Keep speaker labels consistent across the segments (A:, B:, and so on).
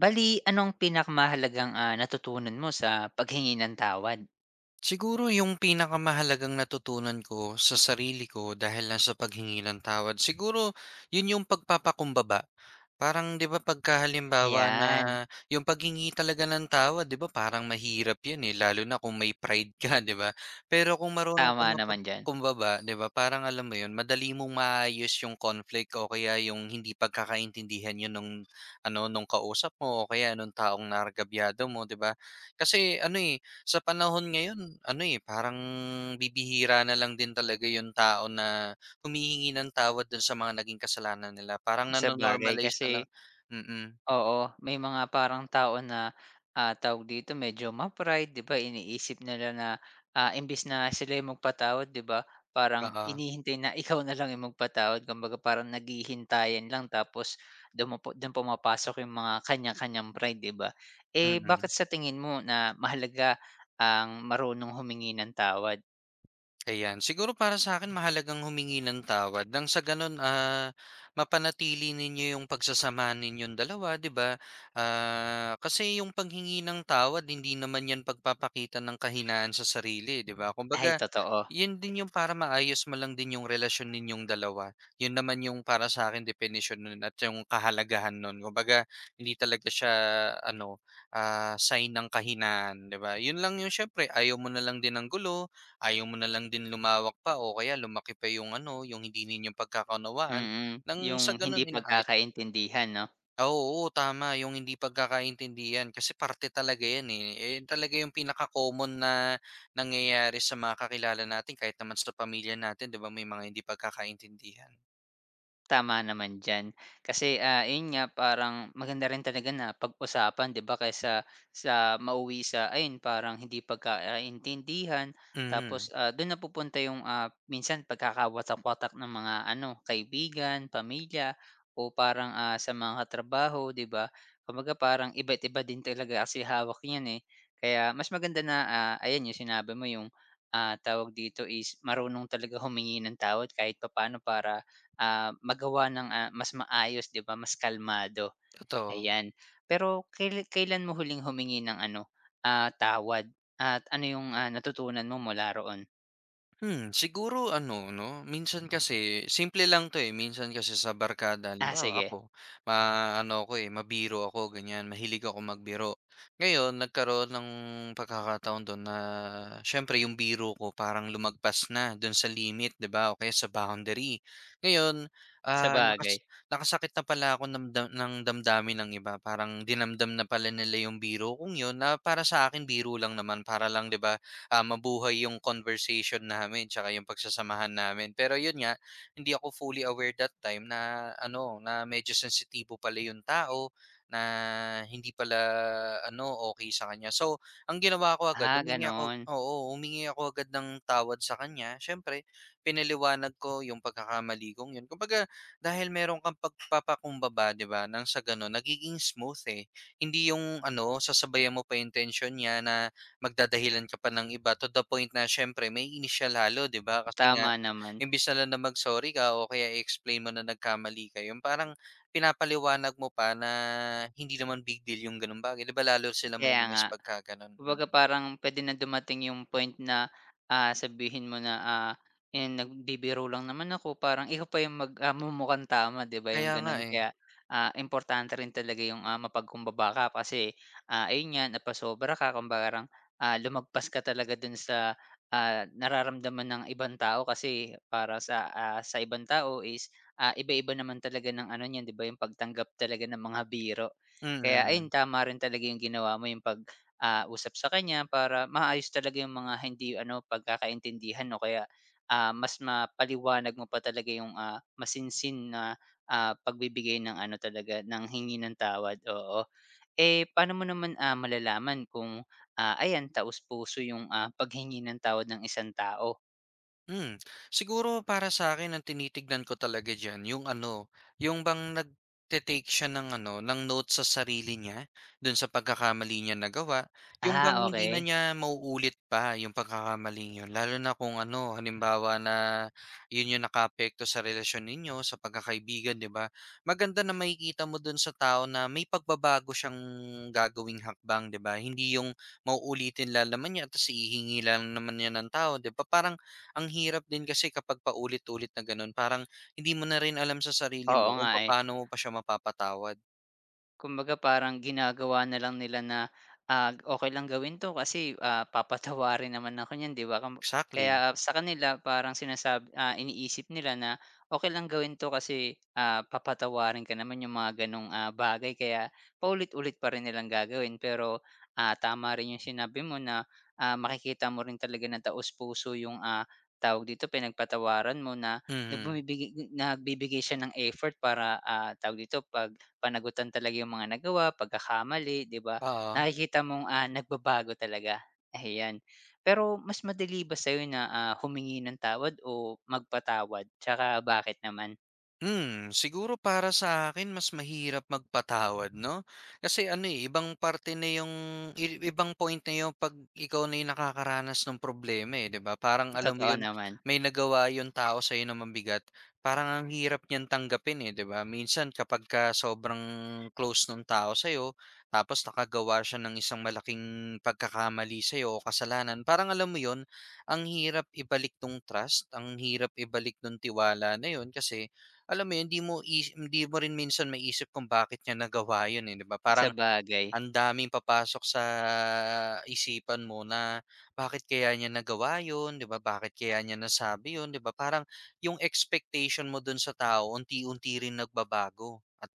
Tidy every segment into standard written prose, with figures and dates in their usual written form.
A: Bali anong pinakamahalagang, natutunan mo sa paghingi ng tawad?
B: Siguro yung pinakamahalagang natutunan ko sa sarili ko dahil lang sa paghingi ng tawad, siguro yun yung pagpapakumbaba. Parang 'di ba pagkahalimbawa na
A: Ayan,
B: yung paghingi talaga ng tawad, 'di ba parang mahirap yun, lalo na kung may pride ka 'di ba? Pero kung marunong kang
A: tama naman dyan.
B: mapagkumbaba, 'di ba parang alam mo yun, madali mong maayos yung conflict o kaya yung hindi pagkakaintindihan yun nung nung kausap mo o kaya nung taong naargabyado mo, 'di ba? Kasi ano, eh sa panahon ngayon parang bibihira na lang din talaga yung tao na humihingi ng tawad dun sa mga naging kasalanan nila. Parang
A: Sa
B: nano na
A: bagay kasi
B: lang. mm,
A: oo, may mga parang tao na, tawag dito, medyo ma-pride, 'di ba, iniisip nila na, imbes na sila yung magpatawad, 'di ba, parang
B: Oo,
A: inihintay na ikaw na lang yung magpatawad. Kumbaga parang naghihintayan lang tapos dun mo pumapasok yung mga kanya-kanyang pride, 'di ba? Eh, bakit
B: mm.
A: sa tingin mo na mahalaga ang marunong humingi ng tawad?
B: Ayan, siguro para sa akin mahalagang humingi ng tawad nang sa gano'n, mapanatili ninyo yung pagsasamahan ninyong dalawa, 'di ba? Kasi yung paghingi ng tawad hindi naman 'yan pagpapakita ng kahinaan sa sarili, 'di ba?
A: Ay,
B: Kumbaga,
A: totoo.
B: 'yun din yung para maayos mo lang din yung relasyon ninyong dalawa. 'Yun naman yung para sa akin definition nun at yung kahalagahan nun. Kumbaga, hindi talaga siya ano, sign ng kahinaan, 'di ba? 'Yun lang yung syempre ayaw mo na lang din ng gulo. Ayaw mo na lang din lumawak pa o kaya lumaki pa yung yung hindi ninyong pagkakaunawaan
A: Mm,
B: nang
A: yung
B: sa
A: hindi
B: gano'n inaayos mo.
A: pagkakaintindihan, 'no?
B: Oo, oo, tama yung hindi pagkakaintindihan kasi parte talaga yan, eh. Ayan talaga yung pinaka-common na nangyayari sa mga kakilala natin kahit naman sa pamilya natin, 'di ba may mga hindi pagkakaintindihan.
A: Tama naman diyan. Kasi, ayun nga parang maganda rin talaga na pag-usapan 'di ba kaysa sa mauwi sa ayun parang hindi pagkakaintindihan. Tapos,
B: Mm,
A: dun napupunta yung, minsan pagkakawatak-watak ng mga ano kaibigan, pamilya o parang, sa mga katrabaho 'di ba? Kumbaga parang iba't iba din talaga kasi hawak niyan, eh. Kaya mas maganda na, ayan yung sinabi mo yung, tawag dito is marunong talaga humingi ng tawad kahit papaano para magawa ng, mas maayos 'di ba, mas kalmado,
B: totoo.
A: ayan. Pero kailan mo huling humingi ng ano, tawad at ano yung, natutunan mo mula roon?
B: Hmm, siguro ano 'no, minsan kasi simple lang 'to, eh, minsan kasi sa barkada
A: Ah,
B: halimbawa
A: sige,
B: ako, ma ano ako, eh, mabiro ako ganyan, mahilig akong magbiro. Ngayon nagkaroon ng pagkakataon dun na siyempre yung biro ko parang lumagpas na dun sa limit, 'di ba o kaya sa boundary. Ngayon, ah,
A: sabagay.
B: nakas nakasakit na pala ako ng damdamin ng iba, parang dinamdam na pala nila yung biro kong yun na para sa akin biro lang naman para lang, 'di ba, mabuhay yung conversation namin tsaka yung pagsasamahan namin. Pero yun nga, hindi ako fully aware that time na na medyo sensitibo pala yung tao na hindi pala ano okay sa kanya. So, ang ginawa ko agad,
A: Ah,
B: humingi ako,
A: gano'n.
B: oo, humingi ako agad ng tawad sa kanya. Syempre, pinaliwanag ko yung pagkakamali kong yun. Kumbaga, dahil meron kang pagpapakumbaba, 'di ba? Nang sa ganun, nagiging smooth eh. Hindi yung sasabayan mo pa intention niya na magdadahilan ka pa ng iba to the point na siyempre may initial halo, 'di ba? Kasi nga
A: Tama naman,
B: imbes na lang na mag-sorry ka o kaya i-explain mo na nagkamali ka yung parang pinapaliwanag mo pa na hindi naman big deal yung gano'ng bagay, 'di ba lalo sila
A: kaya nga.
B: maiinis pagka gano'n?
A: Kumbaga
B: Mm.
A: parang pwede na dumating yung point na, sabihin mo na, "Ayan nagbibiro lang naman ako." Parang ikaw pa yung mumukhang tama 'di ba yung
B: Kaya nga
A: gano'n.
B: eh.
A: Kaya, importante rin talaga yung, mapagkumbaba ka kasi, ayun nga napasobra ka kumbaga parang, lumagpas ka talaga dun sa, nararamdaman ng ibang tao kasi para sa, sa ibang tao is, iba-iba naman talaga ng ano niyan 'di ba yung pagtanggap talaga ng mga biro. Kaya ayun
B: Mm.
A: tama rin talaga yung ginawa mo yung usap sa kanya para maayos talaga yung mga hindi ano, pagkakaintindihan o kaya, mas mapaliwanag mo pa talaga yung, masinsin na, pagbibigay ng ano talaga, ng hingi ng tawad, oo. Eh, paano mo naman, malalaman kung, ayan taos-puso yung, paghingi ng tawad ng isang tao?
B: Hmm, siguro para sa akin ang tinitignan ko talaga diyan yung yung bang nagte-take siya ng ng notes sa sarili niya dun sa pagkakamali niya nagawa, yung bang
A: Ah,
B: hindi na
A: okay.
B: niya mauulit pa yung pagkakamaling yun lalo na kung halimbawa na yun yung nakaapekto sa relasyon ninyo, sa pagkakaibigan, 'di ba? Maganda na makikita mo dun sa tao na may pagbabago siyang gagawing hakbang, 'di ba? Hindi yung mauulitin lang naman niya tapos hihingi lang naman niya ng tao, 'di ba? Parang ang hirap din kasi kapag paulit-ulit na gano'n parang hindi mo na rin alam sa sarili
A: Oo
B: mo
A: nga,
B: kung
A: eh.
B: paano mo pa siya mapapatawad.
A: Kumbaga parang ginagawa na lang nila na, okay lang gawin 'to kasi, papatawarin naman ako niyan 'di ba?
B: Exactly.
A: Kaya ah, sa kanila parang sinasabi ah, iniisip nila na okay lang gawin 'to kasi, papatawarin ka naman yung mga gano'ng, bagay kaya paulit-ulit pa rin nilang gagawin. Pero, tama rin yung sinabi mo na, makikita mo rin talaga na taos-puso yung, tawag dito, pinagpatawaran mo na na
B: Mhm,
A: nagbibigay siya ng effort para, tawag dito, 'pag panagutan talaga yung mga nagawa, pagkakamali, 'di ba?
B: oo.
A: Nakikita mong, nagbabago talaga, ayan. Pero mas madali ba sa'yo na, humingi ng tawad o magpatawad, 'tsaka bakit naman?
B: Hmm, siguro para sa akin mas mahirap magpatawad 'no? Kasi ano, eh, ibang parte na yung ibang point na yung 'pag ikaw na yung nakakaranas ng problema, eh, 'di ba? Parang alam mo
A: Totoo
B: yun,
A: naman,
B: may nagawa yung tao sa'yo na mabigat, parang ang hirap niyang tanggapin, eh, 'di ba? Minsan kapagka sobrang close nung tao sa'yo, tapos nakagawa siya ng isang malaking pagkakamali sa o kasalanan, parang alam mo yun, ang hirap ibalik nung trust, ang hirap ibalik nung tiwala na yun kasi alam mo yun, hindi mo rin minsan maisip kung bakit niya nagawa yun, eh, 'di ba?
A: sa
B: Parang
A: bagay.
B: ang daming papasok sa isipan mo na bakit kaya niya nagawa yun, 'di ba? Bakit kaya niya nasabi yun, 'di ba? Parang yung expectation mo dun sa tao unti-unti rin nagbabago at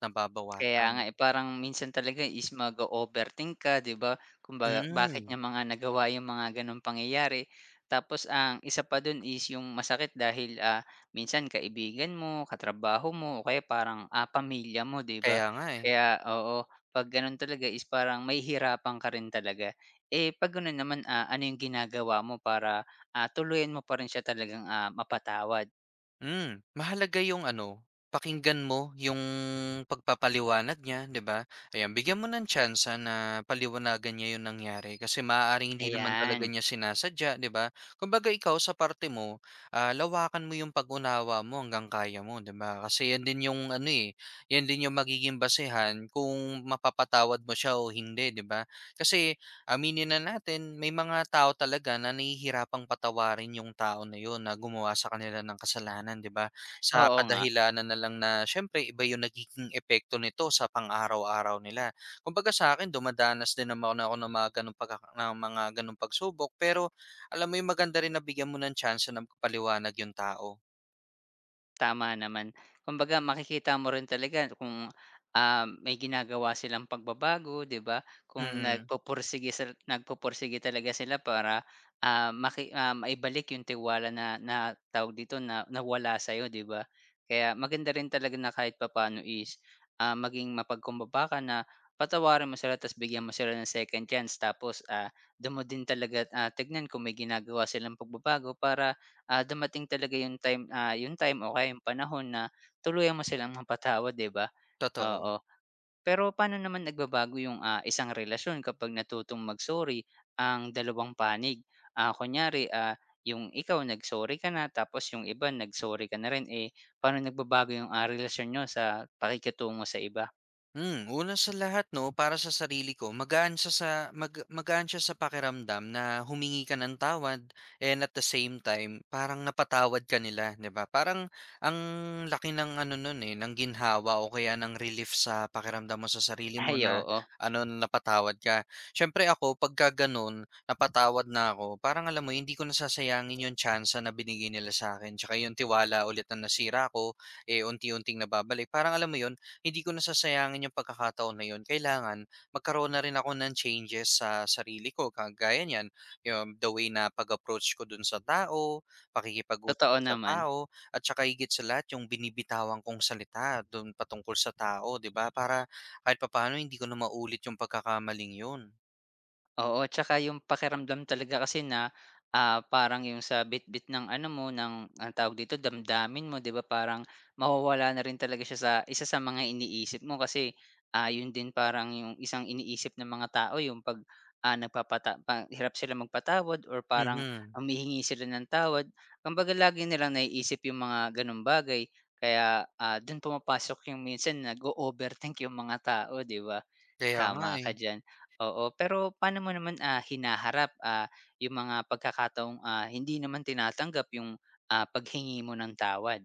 A: Kaya nga,
B: nababawasan.
A: eh, parang minsan talaga is mag overthink ka, 'di ba? Kung bakit
B: Mm,
A: niya mga nagawa yung mga gano'ng pangyayari? Tapos ang isa pa do'n is yung masakit dahil, minsan kaibigan mo, katrabaho mo o kaya parang, pamilya mo, 'di ba?
B: kaya nga, eh.
A: Kaya oo, 'pag gano'n talaga is parang mahihirapan ka rin talaga. Eh, 'pag gano'n naman, ano yung ginagawa mo para, tuluyan mo pa rin siya talagang, mapatawad?
B: Hmm, mahalaga yung pakinggan mo yung pagpapaliwanag niya, 'di ba? Ayan, bigyan mo ng tyansa na paliwanagan niya yung nangyari kasi maaaring hindi naman
A: Ayan,
B: talaga niya sinasadya, 'di ba? Kumbaga ikaw sa parte mo, lawakan mo yung pag-unawa mo hanggang kaya mo, 'di ba? Kasi yan din yung ano eh, yan din yung magiging basehan kung mapapatawad mo siya o hindi, 'di ba? Kasi aminin na natin, may mga tao talaga na nahihirapang patawarin yung tao na yun na gumawa sa kanila ng kasalanan, 'di ba? Sa
A: oo nga.
B: kadahilanan na lang na siyempre iba yung nagiging epekto nito sa pang-araw-araw nila. Kumbaga sa akin, dumadanas din naman ako ng mga ganong pagsubok, pero alam mo yung maganda rin na bigyan mo ng chance na magpaliwanag yung tao.
A: Tama naman. Kumbaga makikita mo rin talaga kung, may ginagawa silang pagbabago, 'di ba? Kung
B: Mm,
A: nagpupursige talaga sila para, maibalik yung tiwala na na tawag dito, na nawala sa'yo, 'di ba? Kaya maganda rin talaga na kahit papaano is, maging mapagkumbaba ka na patawarin mo sila ta's bigyan mo sila ng second chance tapos, dun mo din talaga, tignan kung may ginagawa silang pagbabago para dumating talaga yung time, o kaya yung panahon na tuluyan mo silang mapatawad, 'di ba?
B: totoo.
A: Oo. Pero paano naman nagbabago yung, isang relasyon kapag natutong mag-sorry ang dalawang panig? Ah, kunyari, yung ikaw nag-sorry ka na tapos yung iba nag-sorry ka na rin, eh, paano nagbabago yung, relasyon niyo sa pakikitungo sa iba?
B: Hmm, una sa lahat 'no, para sa sarili ko magaan siya sa pakiramdam na humingi ka ng tawad and at the same time parang napatawad ka nila, 'di ba? Parang ang laki ng ano nun, eh, ng ginhawa o kaya ng relief sa pakiramdam mo sa sarili mo
A: Ay,
B: na
A: oo,
B: napatawad ka. Siyempre ako pagka ganun, napatawad na ako, parang alam mo hindi ko nasasayangin yung chance na binigay nila sa akin. Tsaka yung tiwala ulit na nasira ko, eh, unti-unting nababalik. Parang alam mo yun, hindi ko nasasayangin yung pagkakataon na yun. Kailangan magkaroon na rin ako ng changes sa sarili ko. Kagaya niyan, yung the way na pag-approach ko dun sa tao, pakikipag-usap
A: totoo
B: ko sa
A: naman.
B: tao, at saka higit sa lahat yung binibitawan kong salita dun patungkol sa tao, di ba? Para kahit papaano hindi ko na maulit yung pagkakamaling yun.
A: Oo, tsaka yung pakiramdam talaga kasi na, parang yung sa bitbit ng ano mo, ng anong tawag dito, damdamin mo, 'di ba? Parang mawawala na rin talaga siya sa isa sa mga iniisip mo kasi, yun din parang yung isang iniisip ng mga tao yung 'pag, nagpapata pa hirap sila magpatawad or parang
B: Mhm.
A: humihingi sila ng tawad. Kumbaga lagi nilang naiisip yung mga gano'ng bagay kaya, dun pumapasok yung minsan nag-o-overthink yung mga tao, 'di ba?
B: Kaya nga
A: Tama
B: eh.
A: ka diyan, oo. Pero paano mo naman, hinaharap, yung mga pagkakataong, hindi naman tinatanggap yung, paghingi mo ng tawad?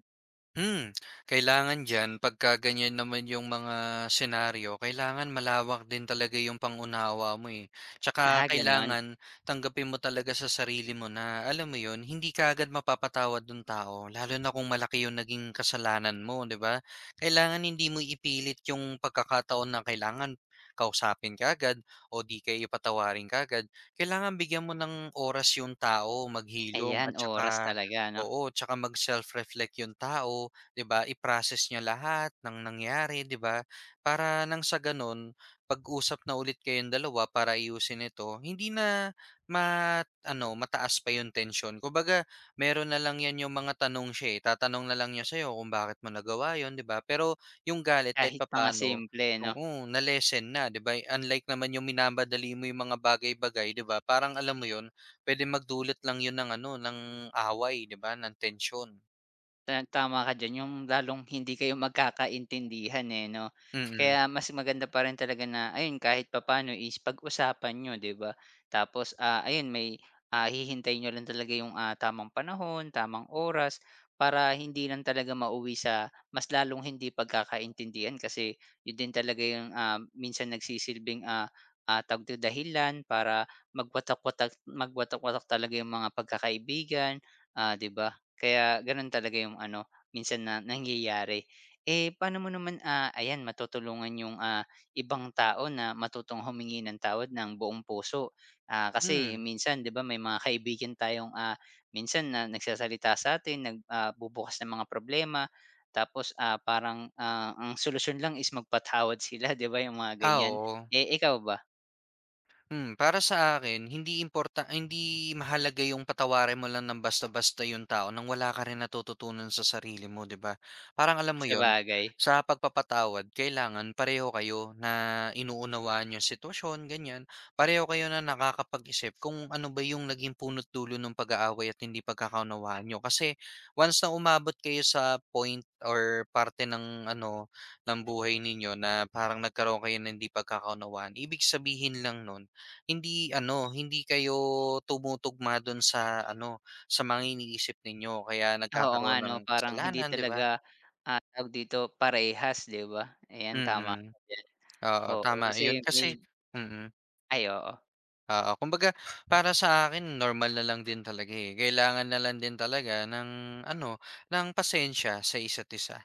B: Hmm, kailangan diyan pagka ganyan naman yung mga senaryo, kailangan malawak din talaga yung pang-unawa mo, eh. Tsaka
A: Ah, gano'n?
B: kailangan tanggapin mo talaga sa sarili mo na, alam mo yun, hindi ka kaagad mapapatawad ng tao, lalo na kung malaki yung naging kasalanan mo, 'di ba? Kailangan hindi mo ipilit yung pagkakataon na kailangan kausapin ka kaagad o 'di kaya patawarin kaagad. Kailangan bigyan mo ng oras yung tao maghilom
A: Ayan,
B: at
A: oras
B: tsaka
A: talaga 'no,
B: oo, tsaka mag self-reflect yung tao, 'di ba? I-process niya lahat ng nangyari, 'di ba? Para nang sa ganun, pag-usap na ulit kayong dalawa para ayusin ito, hindi na mataas pa yung tension. Kumbaga, meron na lang yan yung mga tanong siya, eh. Tatanong na lang niya sa'yo kung bakit mo nagawa yon, 'di ba? Pero yung galit kahit
A: kahit mga
B: papaano,
A: simple 'no?
B: oo, na lesson na, 'di ba? Unlike naman yung minamadali mo yung mga bagay-bagay, 'di ba? Parang alam mo yon. Puwedeng magdulot lang 'yun ng ng away 'di ba, ng tensyon.
A: Tama ka diyan, yung lalong hindi kayo magkakaintindihan, eh, 'no?
B: Mm,
A: Kaya mas maganda pa rin talaga na ayun kahit papaano is pag-usapan niyo, 'di ba? Tapos, ayun may, hihintay niyo lang talaga yung, tamang panahon, tamang oras para hindi lang talaga mauwi sa mas lalong hindi pagkakaintindihan kasi yun din talaga yung, minsan nagsisilbing, tawag dito, dahilan para magwatak-watak talaga yung mga pagkakaibigan, 'di ba? Kaya gano'n talaga yung ano, minsan na nangyayari. Eh, paano mo naman, ayan matutulungan yung, ibang tao na matutong humingi ng tawad ng buong puso? Ah, kasi
B: hmm.
A: minsan 'di ba may mga kaibigan tayong, minsan na nagsasalita sa bubukas ng mga problema tapos, parang, ang solusyon lang is magpatawad sila 'di ba yung mga
B: Ah,
A: ganyan.
B: oo.
A: Eh, ikaw ba?
B: Hmm, para sa akin hindi mahalaga yung patawarin mo lang ng basta-basta yung tao nang wala ka rin natututunan sa sarili mo, 'di ba? Parang alam mo
A: Sa
B: yon
A: bagay.
B: sa pagpapatawad kailangan pareho kayo na inuunawaan yung sitwasyon, ganyan. Pareho kayo na nakakapag-isip kung ano ba yung naging punot dulo ng pag-aaway at hindi pagkakaunawaan niyo. Kasi once na umabot kayo sa point or parte ng ng buhay ninyo na parang nagkaroon kayo ng hindi pagkakaunawaan, ibig sabihin lang nun hindi kayo tumutugma dun sa sa mga iniisip ninyo kaya
A: Oo nga
B: nagkakaroon
A: 'no,
B: ng
A: parang hindi
B: kasalanan, 'di ba?
A: talaga, tawag dito, parehas, 'di ba? Ayan, tama
B: Mm,
A: ka diyan.
B: oo
A: Oo,
B: tama
A: kasi
B: yun
A: may
B: kasi mm,
A: ay, oo.
B: oo. Kumbaga para sa akin normal na lang din talaga, eh, kailangan na lang din talaga ng ano, ng pasensya sa isa't isa.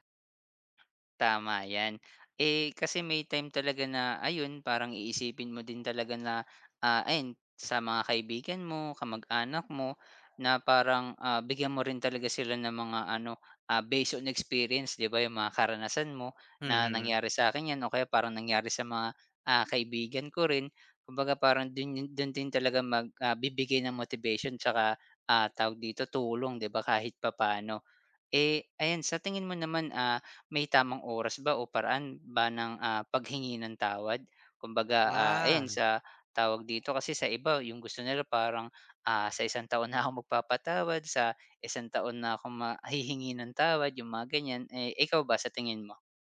A: Tama 'yan. Eh, kasi may time talaga na ayun, parang iisipin mo din talaga na, ayun sa mga kaibigan mo, kamag-anak mo na parang, bigyan mo rin talaga sila ng mga ano, based on experience 'di ba, yung mga karanasan mo na
B: Mhm.
A: nangyari sa'kin 'yan o kaya parang nangyari sa mga, kaibigan ko rin. Kumbaga parang dun dun din talaga bibigay ng motivation 'tsaka, tawag dito, tulong 'di ba, kahit papaano. Eh, ayan sa tingin mo naman, may tamang oras ba o paraan ba ng, paghingi ng tawad? Kumbaga, ayan
B: Ah.
A: sa tawag dito kasi sa iba yung gusto nila parang, sa isang taon na ako magpapatawad, sa isang taon na ako ma ng tawad, yung mga ganyan. Eh, ikaw ba sa tingin mo?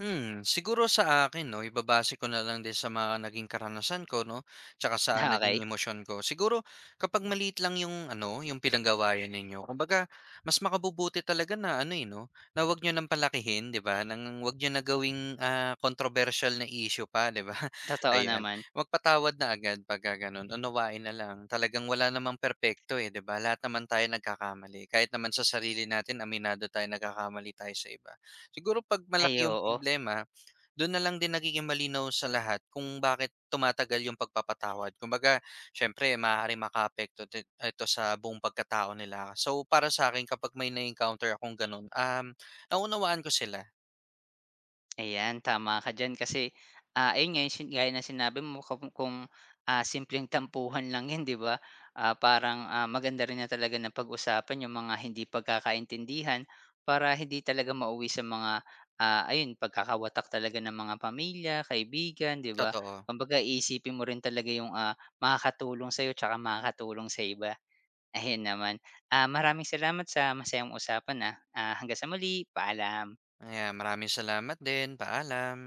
B: Hmm, siguro sa akin 'no, ibabase ko na lang din sa mga naging karanasan ko 'no, tsaka sa
A: Ah,
B: naging
A: okey,
B: emosyon ko. Siguro kapag maliit lang yung yung pinanggawayan ninyo, kumbaga mas makabubuti talaga na ano, eh, 'no, na huwag niyo nang palakihin, 'di ba? Nang huwag niyo na gawing, controversial na issue pa, 'di ba?
A: totoo
B: Ayan,
A: naman.
B: magpatawad na agad pagka gano'n, unawain na lang. Talagang wala namang perfecto, eh, 'di ba? Lahat naman tayo nagkakamali, kahit naman sa sarili natin aminado tayo nagkakamali tayo sa iba. Siguro 'pag
A: Ay,
B: malaki yung
A: oo.
B: problema, dun na lang din nagiging malinaw sa lahat kung bakit tumatagal yung pagpapatawad. Kumbaga, siyempre maaaring makaapekto din ito sa buong pagkatao nila. So, para sa akin kapag may na-encounter akong gano'n, naunawaan ko sila,
A: Ayan, tama ka diyan kasi, ayun nga yung gaya ng sinabi mo kung, simpleng tampuhan lang 'yan 'di ba? Ah, parang, maganda rin na talaga na pag-usapan yung mga hindi pagkakaintindihan para hindi talaga mauwi sa mga, ayun pagkakawatak talaga ng mga pamilya, kaibigan 'di ba?
B: totoo.
A: Kumbaga iisipin mo rin talaga yung, makakatulong sa'yo tsaka makakatulong sa iba. Ayun naman, maraming salamat sa masayang usapan, ah. Ah, hanggang sa muli, paalam.
B: Ayan, maraming salamat din, paalam.